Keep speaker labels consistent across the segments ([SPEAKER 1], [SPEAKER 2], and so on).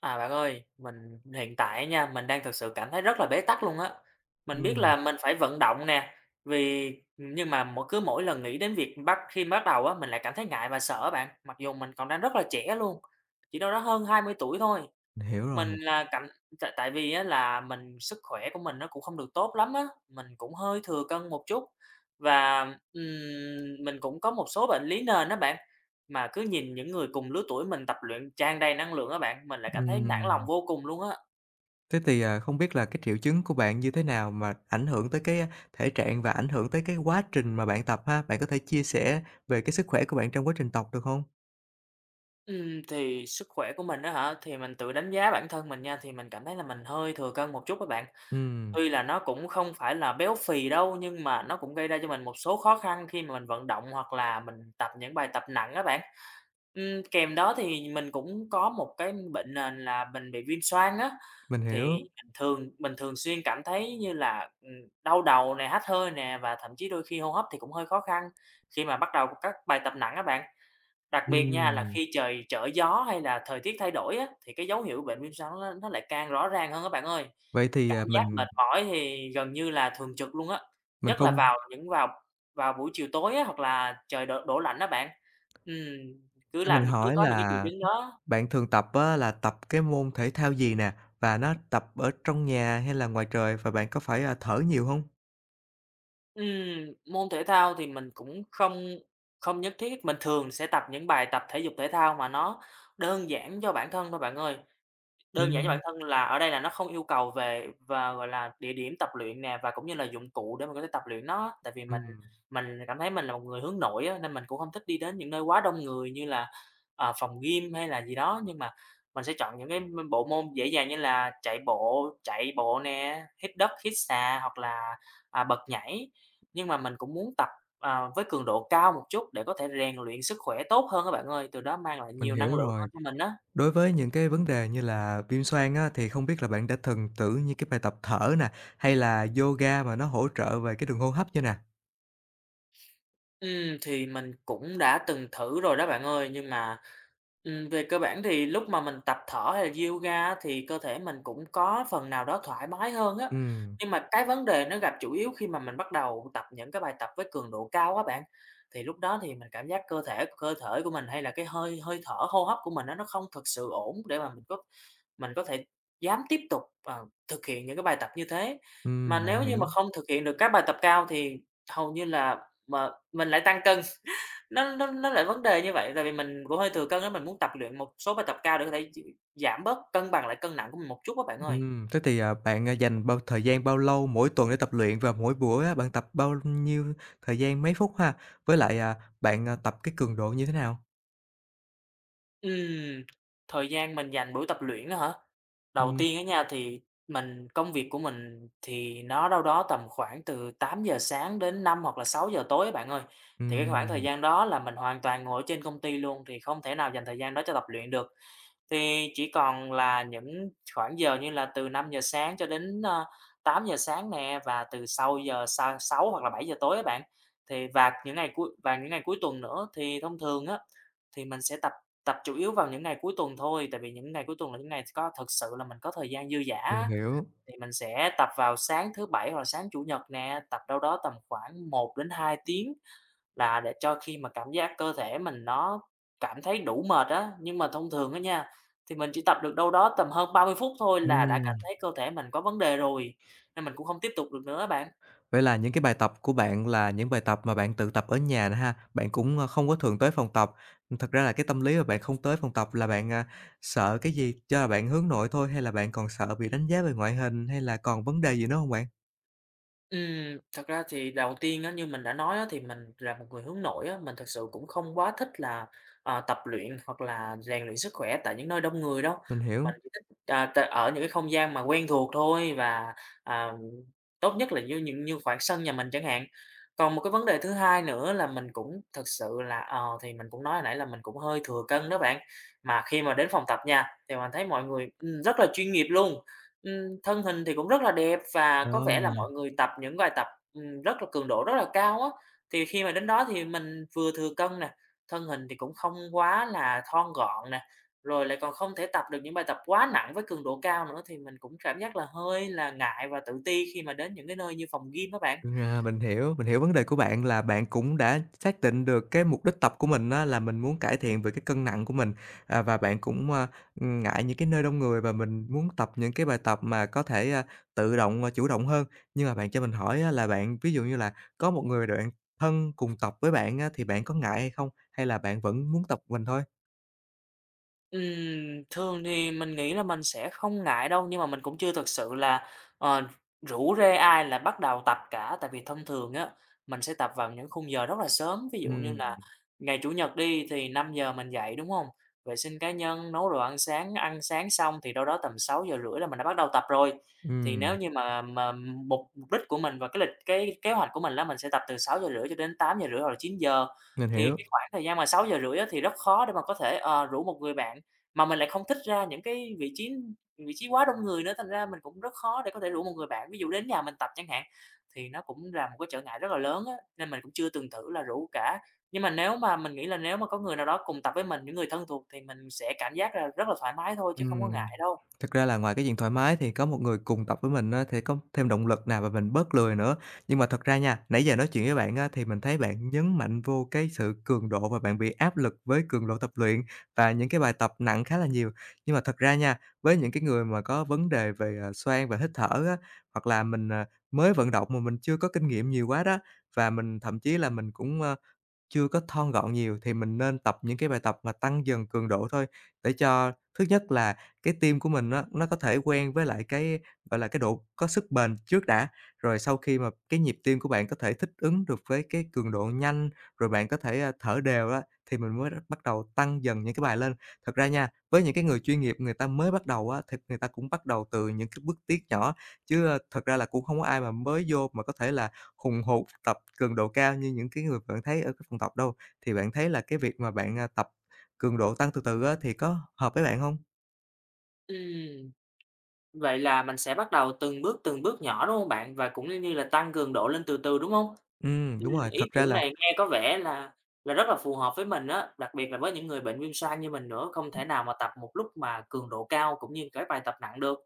[SPEAKER 1] À, bạn ơi, mình hiện tại nha, mình đang thực sự cảm thấy rất là bế tắc luôn á. Mình biết
[SPEAKER 2] Ừm,
[SPEAKER 1] là mình phải vận động nè, vì nhưng mà cứ mỗi lần nghĩ đến việc khi bắt đầu á, mình lại cảm thấy ngại và sợ bạn, mặc dù mình còn đang rất là trẻ luôn, chỉ đâu đó hơn 20 tuổi thôi.
[SPEAKER 2] mình hiểu rồi.
[SPEAKER 1] Mình là cảm tại tại vì á, là mình sức khỏe của mình nó cũng không được tốt lắm á, mình cũng hơi thừa cân một chút và, mình cũng có một số bệnh lý nền đó bạn. Mà cứ nhìn những người cùng lứa tuổi mình tập luyện tràn đầy năng lượng á bạn, mình lại cảm thấy nản lòng
[SPEAKER 2] Ừm,
[SPEAKER 1] vô cùng luôn á.
[SPEAKER 2] Không biết là cái triệu chứng của bạn như thế nào mà ảnh hưởng tới thể trạng và ảnh hưởng tới cái quá trình mà bạn tập ha? Bạn có thể chia sẻ về cái sức khỏe của bạn trong quá trình tập được hông?
[SPEAKER 1] Thì sức khỏe của mình đó hả, thì mình tự đánh giá bản thân mình nha, thì mình cảm thấy là mình hơi thừa cân một chút các bạn.
[SPEAKER 2] Ừm,
[SPEAKER 1] Tuy là nó cũng không phải là béo phì đâu, nhưng mà nó cũng gây ra cho mình một số khó khăn khi mà mình vận động hoặc là mình tập những bài tập nặng á bạn. Kèm đó thì mình cũng có một cái bệnh nền là mình bị viêm xoang á,
[SPEAKER 2] mình
[SPEAKER 1] thì
[SPEAKER 2] hiểu.
[SPEAKER 1] mình thường xuyên cảm thấy như là, đau đầu nè, hắt hơi nè và thậm chí đôi khi hô hấp thì cũng hơi khó khăn khi mà bắt đầu các bài tập nặng á bạn. Đặc biệt nha là
[SPEAKER 2] Ừm,
[SPEAKER 1] khi trời trở gió hay là thời tiết thay đổi á, thì cái dấu hiệu bệnh viêm xoang nó lại càng rõ ràng hơn các bạn ơi.
[SPEAKER 2] vậy thì,
[SPEAKER 1] Cảm
[SPEAKER 2] à,
[SPEAKER 1] giác
[SPEAKER 2] mình
[SPEAKER 1] mệt mỏi thì gần như là thường trực luôn á,
[SPEAKER 2] mình
[SPEAKER 1] nhất là
[SPEAKER 2] không
[SPEAKER 1] vào những vào vào buổi chiều tối á, hoặc là trời đổ đổ lạnh đó bạn. Ừm,
[SPEAKER 2] cho mình
[SPEAKER 1] Cứ
[SPEAKER 2] hỏi
[SPEAKER 1] có những cái triệu
[SPEAKER 2] là
[SPEAKER 1] chứng đó.
[SPEAKER 2] bạn thường tập á là tập cái môn thể thao gì nè? Và nó tập ở trong nhà hay là ngoài trời và bạn có phải, thở nhiều hông?
[SPEAKER 1] Môn thể thao thì mình cũng không không nhất thiết, mình thường sẽ tập những bài tập thể dục thể thao mà nó đơn giản cho bản thân thôi bạn ơi. Đơn giản cho bản
[SPEAKER 2] Ừm,
[SPEAKER 1] thân là ở đây là nó không yêu cầu về và, gọi là, địa điểm tập luyện nè, và cũng như là dụng cụ để mình có thể tập luyện nó. Tại vì mình
[SPEAKER 2] ừm,
[SPEAKER 1] mình cảm thấy mình là một người hướng nội á, nên mình cũng không thích đi đến những nơi quá đông người như là, phòng gym hay là gì đó. Nhưng mà mình sẽ chọn những cái bộ môn dễ dàng như là chạy bộ nè, hít đất, hít xà hoặc là, bật nhảy. Nhưng mà mình cũng muốn tập, với cường độ cao một chút để có thể rèn luyện sức khỏe tốt hơn các bạn ơi, từ đó mang lại
[SPEAKER 2] mình
[SPEAKER 1] nhiều năng
[SPEAKER 2] hiểu
[SPEAKER 1] lượng hơn
[SPEAKER 2] rồi.
[SPEAKER 1] cho mình á.
[SPEAKER 2] Đối với những cái vấn đề như là viêm xoang á, thì không biết là bạn đã từng thử như cái bài tập thở nè, hay là yoga mà nó hỗ trợ về cái đường hô hấp như nè?
[SPEAKER 1] Thì mình cũng đã từng thử rồi đó bạn ơi, nhưng mà, về cơ bản thì lúc mà mình tập thở hay là yoga thì cơ thể mình cũng có phần nào đó thoải mái hơn á.
[SPEAKER 2] Ừm,
[SPEAKER 1] Nhưng mà cái vấn đề nó gặp chủ yếu khi mà mình bắt đầu tập những cái bài tập với cường độ cao á bạn, thì lúc đó thì mình cảm giác cơ thể của mình hay là cái hơi hơi thở, hô hấp của mình á, nó không thực sự ổn để mà mình có thể dám tiếp tục, thực hiện những cái bài tập như thế. Mà
[SPEAKER 2] mình
[SPEAKER 1] nếu như
[SPEAKER 2] hiểu.
[SPEAKER 1] mà không thực hiện được các bài tập cao thì hầu như là mà mình lại tăng cân, nó lại vấn đề như vậy, tại vì mình cũng hơi thừa cân á, mình muốn tập luyện một số bài tập cao để có thể giảm bớt, cân bằng lại cân nặng của mình một chút á bạn ơi.
[SPEAKER 2] Bạn, dành bao thời gian bao lâu mỗi tuần để tập luyện và mỗi buổi á, bạn tập bao nhiêu thời gian, mấy phút ha? Với lại, à, bạn, tập cái cường độ như thế nào?
[SPEAKER 1] Ừm, Thời gian mình dành buổi tập luyện á hả? Đầu
[SPEAKER 2] Ừm,
[SPEAKER 1] tiên á nha, thì công việc của mình thì nó đâu đó tầm khoảng từ 8 giờ sáng đến 5 hoặc là 6 giờ tối á bạn ơi, thì cái khoảng thời
[SPEAKER 2] ừm,
[SPEAKER 1] gian đó là mình hoàn toàn ngồi ở trên công ty luôn, thì không thể nào dành thời gian đó cho tập luyện được. Thì chỉ còn là những khoảng giờ như là từ 5 giờ sáng cho đến, 8 giờ sáng nè, và từ sau giờ 6 hoặc là 7 giờ tối á bạn. Thì và những ngày cuối tuần nữa thì thông thường á, thì mình sẽ tập tập chủ yếu vào những ngày cuối tuần thôi, tại vì những ngày cuối tuần là những ngày có thực sự là mình có thời gian dư dả
[SPEAKER 2] mình
[SPEAKER 1] á,
[SPEAKER 2] hiểu.
[SPEAKER 1] thì mình sẽ tập vào sáng thứ Bảy hoặc là sáng Chủ nhật nè, tập đâu đó tầm khoảng 1 đến 2 tiếng là để cho khi mà cảm giác cơ thể mình nó cảm thấy đủ mệt á. Nhưng mà thông thường á nha, thì mình chỉ tập được đâu đó tầm hơn 30 phút thôi là đã cảm
[SPEAKER 2] Ừm.
[SPEAKER 1] thấy cơ thể mình có vấn đề rồi, nên mình cũng không tiếp tục được nữa bạn.
[SPEAKER 2] Vậy là những cái bài tập của bạn là những bài tập mà bạn tự tập ở nhà nè ha, bạn cũng, không có thường tới phòng tập. Thật ra là cái tâm lý mà bạn không tới phòng tập là bạn, sợ cái gì? Do là bạn hướng nội thôi hay là bạn còn sợ bị đánh giá về ngoại hình hay là còn vấn đề gì nữa không bạn?
[SPEAKER 1] Thật ra thì đầu tiên á, như mình đã nói á, thì mình là một người hướng nội á, mình thật sự cũng không quá thích là, tập luyện hoặc là rèn luyện sức khỏe tại những nơi đông người đâu.
[SPEAKER 2] Mình hiểu.
[SPEAKER 1] Mình chỉ thích, à, t ở những cái không gian mà quen thuộc thôi và, à, tốt nhất là như khoảng sân nhà mình chẳng hạn. Còn một cái vấn đề thứ hai nữa là mình cũng thật sự là, thì mình cũng nói hồi nãy là mình cũng hơi thừa cân đó bạn. Mà khi mà đến phòng tập nha, thì mình thấy mọi người, rất là chuyên nghiệp luôn. Thân hình thì cũng rất là đẹp và có
[SPEAKER 2] Ờ.
[SPEAKER 1] vẻ là mọi người tập những bài tập, rất là cường độ rất là cao á. Thì khi mà đến đó thì mình vừa thừa cân nè, thân hình thì cũng không quá là thon gọn nè, rồi lại còn không thể tập được những bài tập quá nặng với cường độ cao nữa, thì mình cũng cảm giác là hơi là ngại và tự ti khi mà đến những cái nơi như phòng gym đó bạn.
[SPEAKER 2] À, mình hiểu vấn đề của bạn là bạn cũng đã xác định được cái mục đích tập của mình á, là mình muốn cải thiện về cái cân nặng của mình, à, và bạn cũng, ngại những cái nơi đông người và mình muốn tập những cái bài tập mà có thể, tự động, chủ động hơn. Nhưng mà bạn cho mình hỏi á, là bạn ví dụ như là có một người bạn thân cùng tập với bạn á, thì bạn có ngại hay không? Hay là bạn vẫn muốn tập mình thôi?
[SPEAKER 1] Thường thì mình nghĩ là mình sẽ không ngại đâu, nhưng mà mình cũng chưa thực sự là, ờ, rủ rê ai là bắt đầu tập cả. Tại vì thông thường á, mình sẽ tập vào những khung giờ rất là sớm, ví dụ như
[SPEAKER 2] Ừm,
[SPEAKER 1] là ngày Chủ nhật đi thì 5 giờ mình dậy, đúng không? Vệ sinh cá nhân, nấu đồ ăn sáng xong thì đâu đó tầm 6 giờ rưỡi là mình đã bắt đầu tập rồi. Thì nếu
[SPEAKER 2] ừm,
[SPEAKER 1] như mà mục mục đích của mình và cái kế hoạch của mình là mình sẽ tập từ 6 giờ rưỡi cho đến 8 giờ rưỡi hoặc là 9 giờ,
[SPEAKER 2] mình
[SPEAKER 1] thì
[SPEAKER 2] hiểu.
[SPEAKER 1] cái khoảng thời gian mà 6:30 á thì rất khó để mà có thể, rủ một người bạn, mà mình lại không thích ra những cái vị trí quá đông người nữa, thành ra mình cũng rất khó để có thể rủ một người bạn, ví dụ đến nhà mình tập chẳng hạn, thì nó cũng là một cái trở ngại rất là lớn á, nên mình cũng chưa từng thử là rủ cả. Nhưng mà nếu mà mình nghĩ là nếu mà có người nào đó cùng tập với mình, những người thân thuộc thì mình sẽ cảm giác là rất là thoải mái thôi chứ không có
[SPEAKER 2] Ừm,
[SPEAKER 1] ngại đâu.
[SPEAKER 2] thực ra là ngoài cái chuyện thoải mái thì có một người cùng tập với mình á, thì có thêm động lực nào và mình bớt lười nữa. Nhưng mà thật ra nha, nãy giờ nói chuyện với bạn á, thì mình thấy bạn nhấn mạnh vô cái sự cường độ và bạn bị áp lực với cường độ tập luyện và những cái bài tập nặng khá là nhiều. Nhưng mà thật ra nha, với những cái người mà có vấn đề về, xoang và hít thở á, hoặc là mình, mới vận động mà mình chưa có kinh nghiệm nhiều quá đó, và mình thậm chí là mình cũng, chưa có thon gọn nhiều thì mình nên tập những cái bài tập mà tăng dần cường độ thôi, để cho thứ nhất là cái tim của mình nó có thể quen với lại cái, gọi là, cái độ có sức bền trước đã. Rồi sau khi mà cái nhịp tim của bạn có thể thích ứng được với cái cường độ nhanh, rồi bạn có thể, thở đều á, thì mình mới bắt đầu tăng dần những cái bài lên. Thật ra nha, với những cái người chuyên nghiệp người ta mới bắt đầu á, thì người ta cũng bắt đầu từ những cái bước tiết nhỏ, chứ, thật ra là cũng không có ai mà mới vô mà có thể là hùng hục, tập cường độ cao như những cái người bạn thấy ở cái phòng tập đâu. Thì bạn thấy là cái việc mà bạn, tập cường độ tăng từ từ á, thì có hợp với bạn không?
[SPEAKER 1] Ừm, Vậy là mình sẽ bắt đầu từng bước nhỏ, đúng không bạn? Và cũng như là tăng cường độ lên từ từ, đúng không?
[SPEAKER 2] Đúng rồi,
[SPEAKER 1] Ý
[SPEAKER 2] thật ra
[SPEAKER 1] tưởng
[SPEAKER 2] là
[SPEAKER 1] này nghe có vẻ là rất là phù hợp với mình á, đặc biệt là với những người bệnh viêm xoang như mình nữa, không thể
[SPEAKER 2] ừm,
[SPEAKER 1] nào mà tập một lúc mà cường độ cao cũng như cái bài tập nặng được.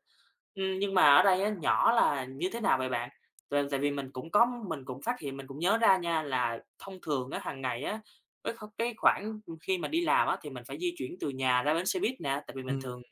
[SPEAKER 1] Nhưng mà ở đây á, nhỏ là như thế nào vậy bạn? Tại tại vì mình cũng phát hiện, mình cũng nhớ ra nha, là thông thường á, hàng ngày á, cái khoảng khi mà đi làm á, thì mình phải di chuyển từ nhà ra bến xe buýt nè, tại vì mình thường,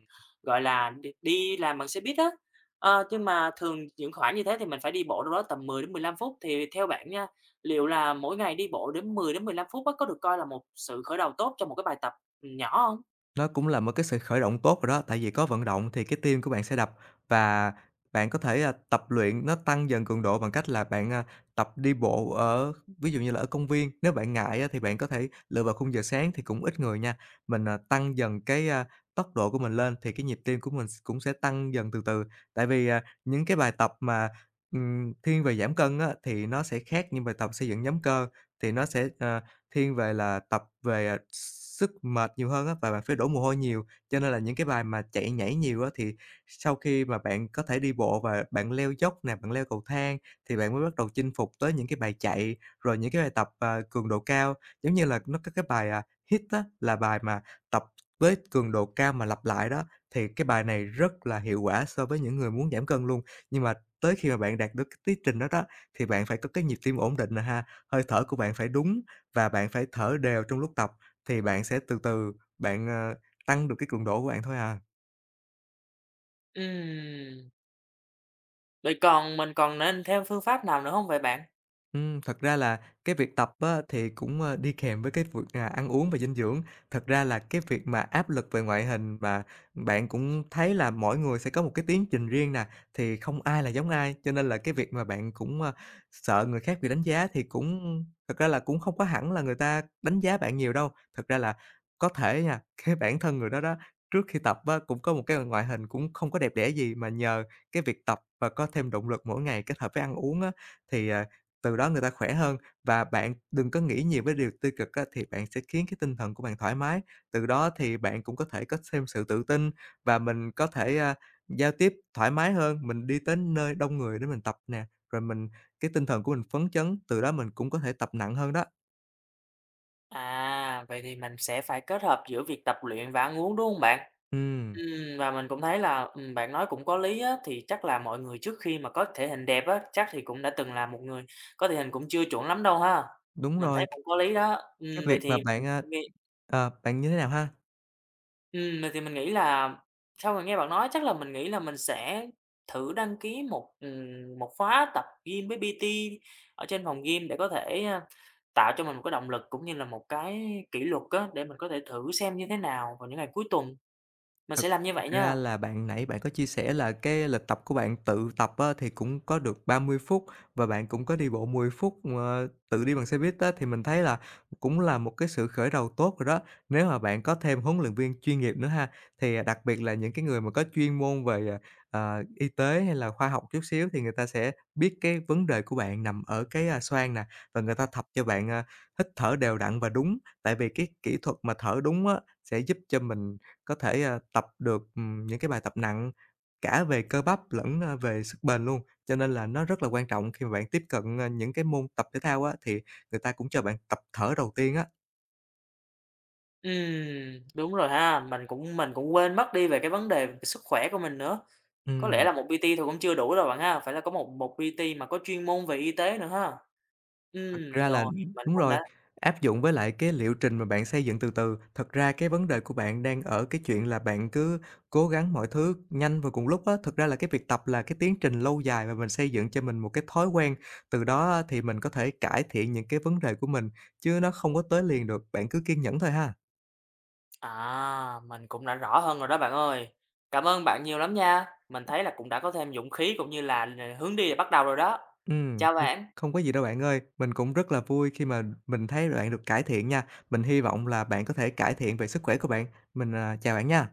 [SPEAKER 1] gọi là, đi đi làm bằng xe buýt á. Nhưng mà thường những khoảng như thế thì mình phải đi bộ đâu đó tầm 10 đến 15 phút, thì theo bạn nha, liệu là mỗi ngày đi bộ đến 10 đến 15 phút á, có được coi là một sự khởi đầu tốt cho một cái bài tập nhỏ hông?
[SPEAKER 2] nó cũng là một cái sự khởi động tốt rồi đó, tại vì có vận động thì cái tim của bạn sẽ đập và bạn có thể, tập luyện nó tăng dần cường độ bằng cách là bạn, tập đi bộ ở ví dụ như là ở công viên. Nếu bạn ngại á thì bạn có thể lựa vào khung giờ sáng thì cũng ít người nha, mình, tăng dần tốc độ của mình lên thì cái nhịp tim của mình cũng sẽ tăng dần từ từ. Tại vì, những cái bài tập mà, thiên về giảm cân á thì nó sẽ khác những bài tập xây dựng nhóm cơ, thì nó sẽ, thiên về là tập về, sức mệt nhiều hơn á, và bạn phải đổ mồ hôi nhiều, cho nên là những cái bài mà chạy nhảy nhiều á, thì sau khi mà bạn có thể đi bộ và bạn leo dốc nè, bạn leo cầu thang thì bạn mới bắt đầu chinh phục tới những cái bài chạy, rồi những cái bài tập, cường độ cao. Giống như là nó có cái bài, HIIT á, là bài mà tập với cường độ cao mà lặp lại đó, thì cái bài này rất là hiệu quả so với những người muốn giảm cân luôn. Nhưng mà tới khi mà bạn đạt được cái tiến trình đó đó, thì bạn phải có cái nhịp tim ổn định nè ha, hơi thở của bạn phải đúng và bạn phải thở đều trong lúc tập thì bạn sẽ từ từ bạn, tăng được cái cường độ của bạn thôi à.
[SPEAKER 1] Ừm, Vậy còn mình còn nên thêm phương pháp nào nữa hông vậy bạn?
[SPEAKER 2] Thật ra là cái việc tập á, thì cũng, đi kèm với cái việc, ăn uống và dinh dưỡng. Thật ra là cái việc mà áp lực về ngoại hình và bạn cũng thấy là mỗi người sẽ có một cái tiến trình riêng nè, thì không ai là giống ai, cho nên là cái việc mà bạn cũng, sợ người khác bị đánh giá thì cũng thật ra là cũng không có hẳn là người ta đánh giá bạn nhiều đâu. Thật ra là có thể nha, cái bản thân người đó đó, trước khi tập á, cũng có một cái ngoại hình cũng không có đẹp đẽ gì, mà nhờ cái việc tập và có thêm động lực mỗi ngày kết hợp với ăn uống á, thì, từ đó người ta khỏe hơn và bạn đừng có nghĩ nhiều với điều tiêu cực á, thì bạn sẽ khiến cái tinh thần của bạn thoải mái. Từ đó thì bạn cũng có thể có thêm sự tự tin và mình có thể, giao tiếp thoải mái hơn, mình đi tới nơi đông người để mình tập nè, rồi mình cái tinh thần của mình phấn chấn, từ đó mình cũng có thể tập nặng hơn đó.
[SPEAKER 1] À, vậy thì mình sẽ phải kết hợp giữa việc tập luyện và ăn uống, đúng hông bạn?
[SPEAKER 2] Ừm,
[SPEAKER 1] Và mình cũng thấy là, bạn nói cũng có lý á, thì chắc là mọi người trước khi mà có thể hình đẹp á, chắc thì cũng đã từng là một người có thể hình cũng chưa chuẩn lắm đâu ha?
[SPEAKER 2] đúng
[SPEAKER 1] Mình thấy
[SPEAKER 2] rồi,
[SPEAKER 1] cũng có lý đó.
[SPEAKER 2] cái
[SPEAKER 1] Vậy
[SPEAKER 2] việc
[SPEAKER 1] thì
[SPEAKER 2] mà
[SPEAKER 1] mình
[SPEAKER 2] bạn, bạn như thế nào ha?
[SPEAKER 1] Mình thì mình nghĩ là sau mình nghe bạn nói chắc là mình nghĩ là mình sẽ thử đăng ký một khóa tập gym với PT ở trên phòng gym để có thể, tạo cho mình một cái động lực cũng như là một cái kỷ luật á, để mình có thể thử xem như thế nào vào những ngày cuối tuần. Mình
[SPEAKER 2] Thật
[SPEAKER 1] sẽ làm như vậy
[SPEAKER 2] ra
[SPEAKER 1] nha.
[SPEAKER 2] là bạn nãy bạn có chia sẻ là cái lịch tập của bạn tự tập á, thì cũng có được 30 phút và bạn cũng có đi bộ 10 phút, tự đi bằng xe buýt á, thì mình thấy là cũng là một cái sự khởi đầu tốt rồi đó. Nếu mà bạn có thêm huấn luyện viên chuyên nghiệp nữa ha, thì, đặc biệt là những cái người mà có chuyên môn về, y tế hay là khoa học chút xíu thì người ta sẽ biết cái vấn đề của bạn nằm ở cái, xoang nè, và người ta tập cho bạn, hít thở đều đặn và đúng. Tại vì cái kỹ thuật mà thở đúng á, sẽ giúp cho mình có thể, tập được, những cái bài tập nặng cả về cơ bắp lẫn, về sức bền luôn. Cho nên là nó rất là quan trọng khi mà bạn tiếp cận, những cái môn tập thể thao á, thì người ta cũng cho bạn tập thở đầu tiên á.
[SPEAKER 1] Đúng rồi ha, mình cũng quên mất đi về cái vấn đề về sức khỏe của mình nữa. Có lẽ
[SPEAKER 2] Ừm.
[SPEAKER 1] là một PT thôi cũng chưa đủ đâu bạn ha, phải là có một một PT mà có chuyên môn về y tế nữa ha.
[SPEAKER 2] Thật ra là
[SPEAKER 1] Rồi, mình
[SPEAKER 2] đúng
[SPEAKER 1] cũng đã.
[SPEAKER 2] rồi, áp dụng với lại cái liệu trình mà bạn xây dựng từ từ. Thật ra cái vấn đề của bạn đang ở cái chuyện là bạn cứ cố gắng mọi thứ nhanh và cùng lúc á. Thực ra là cái việc tập là cái tiến trình lâu dài và mình xây dựng cho mình một cái thói quen, từ đó á thì mình có thể cải thiện những cái vấn đề của mình, chứ nó không có tới liền được, bạn cứ kiên nhẫn thôi ha.
[SPEAKER 1] À, mình cũng đã rõ hơn rồi đó bạn ơi. Cảm ơn bạn nhiều lắm nha. Mình thấy là cũng đã có thêm dũng khí cũng như là hướng đi để bắt đầu rồi đó.
[SPEAKER 2] Ừm,
[SPEAKER 1] Chào
[SPEAKER 2] ừm,
[SPEAKER 1] bạn.
[SPEAKER 2] không có gì đâu bạn ơi, mình cũng rất là vui khi mà mình thấy bạn được cải thiện nha. Mình hy vọng là bạn có thể cải thiện về sức khỏe của bạn. Mình, chào bạn nha.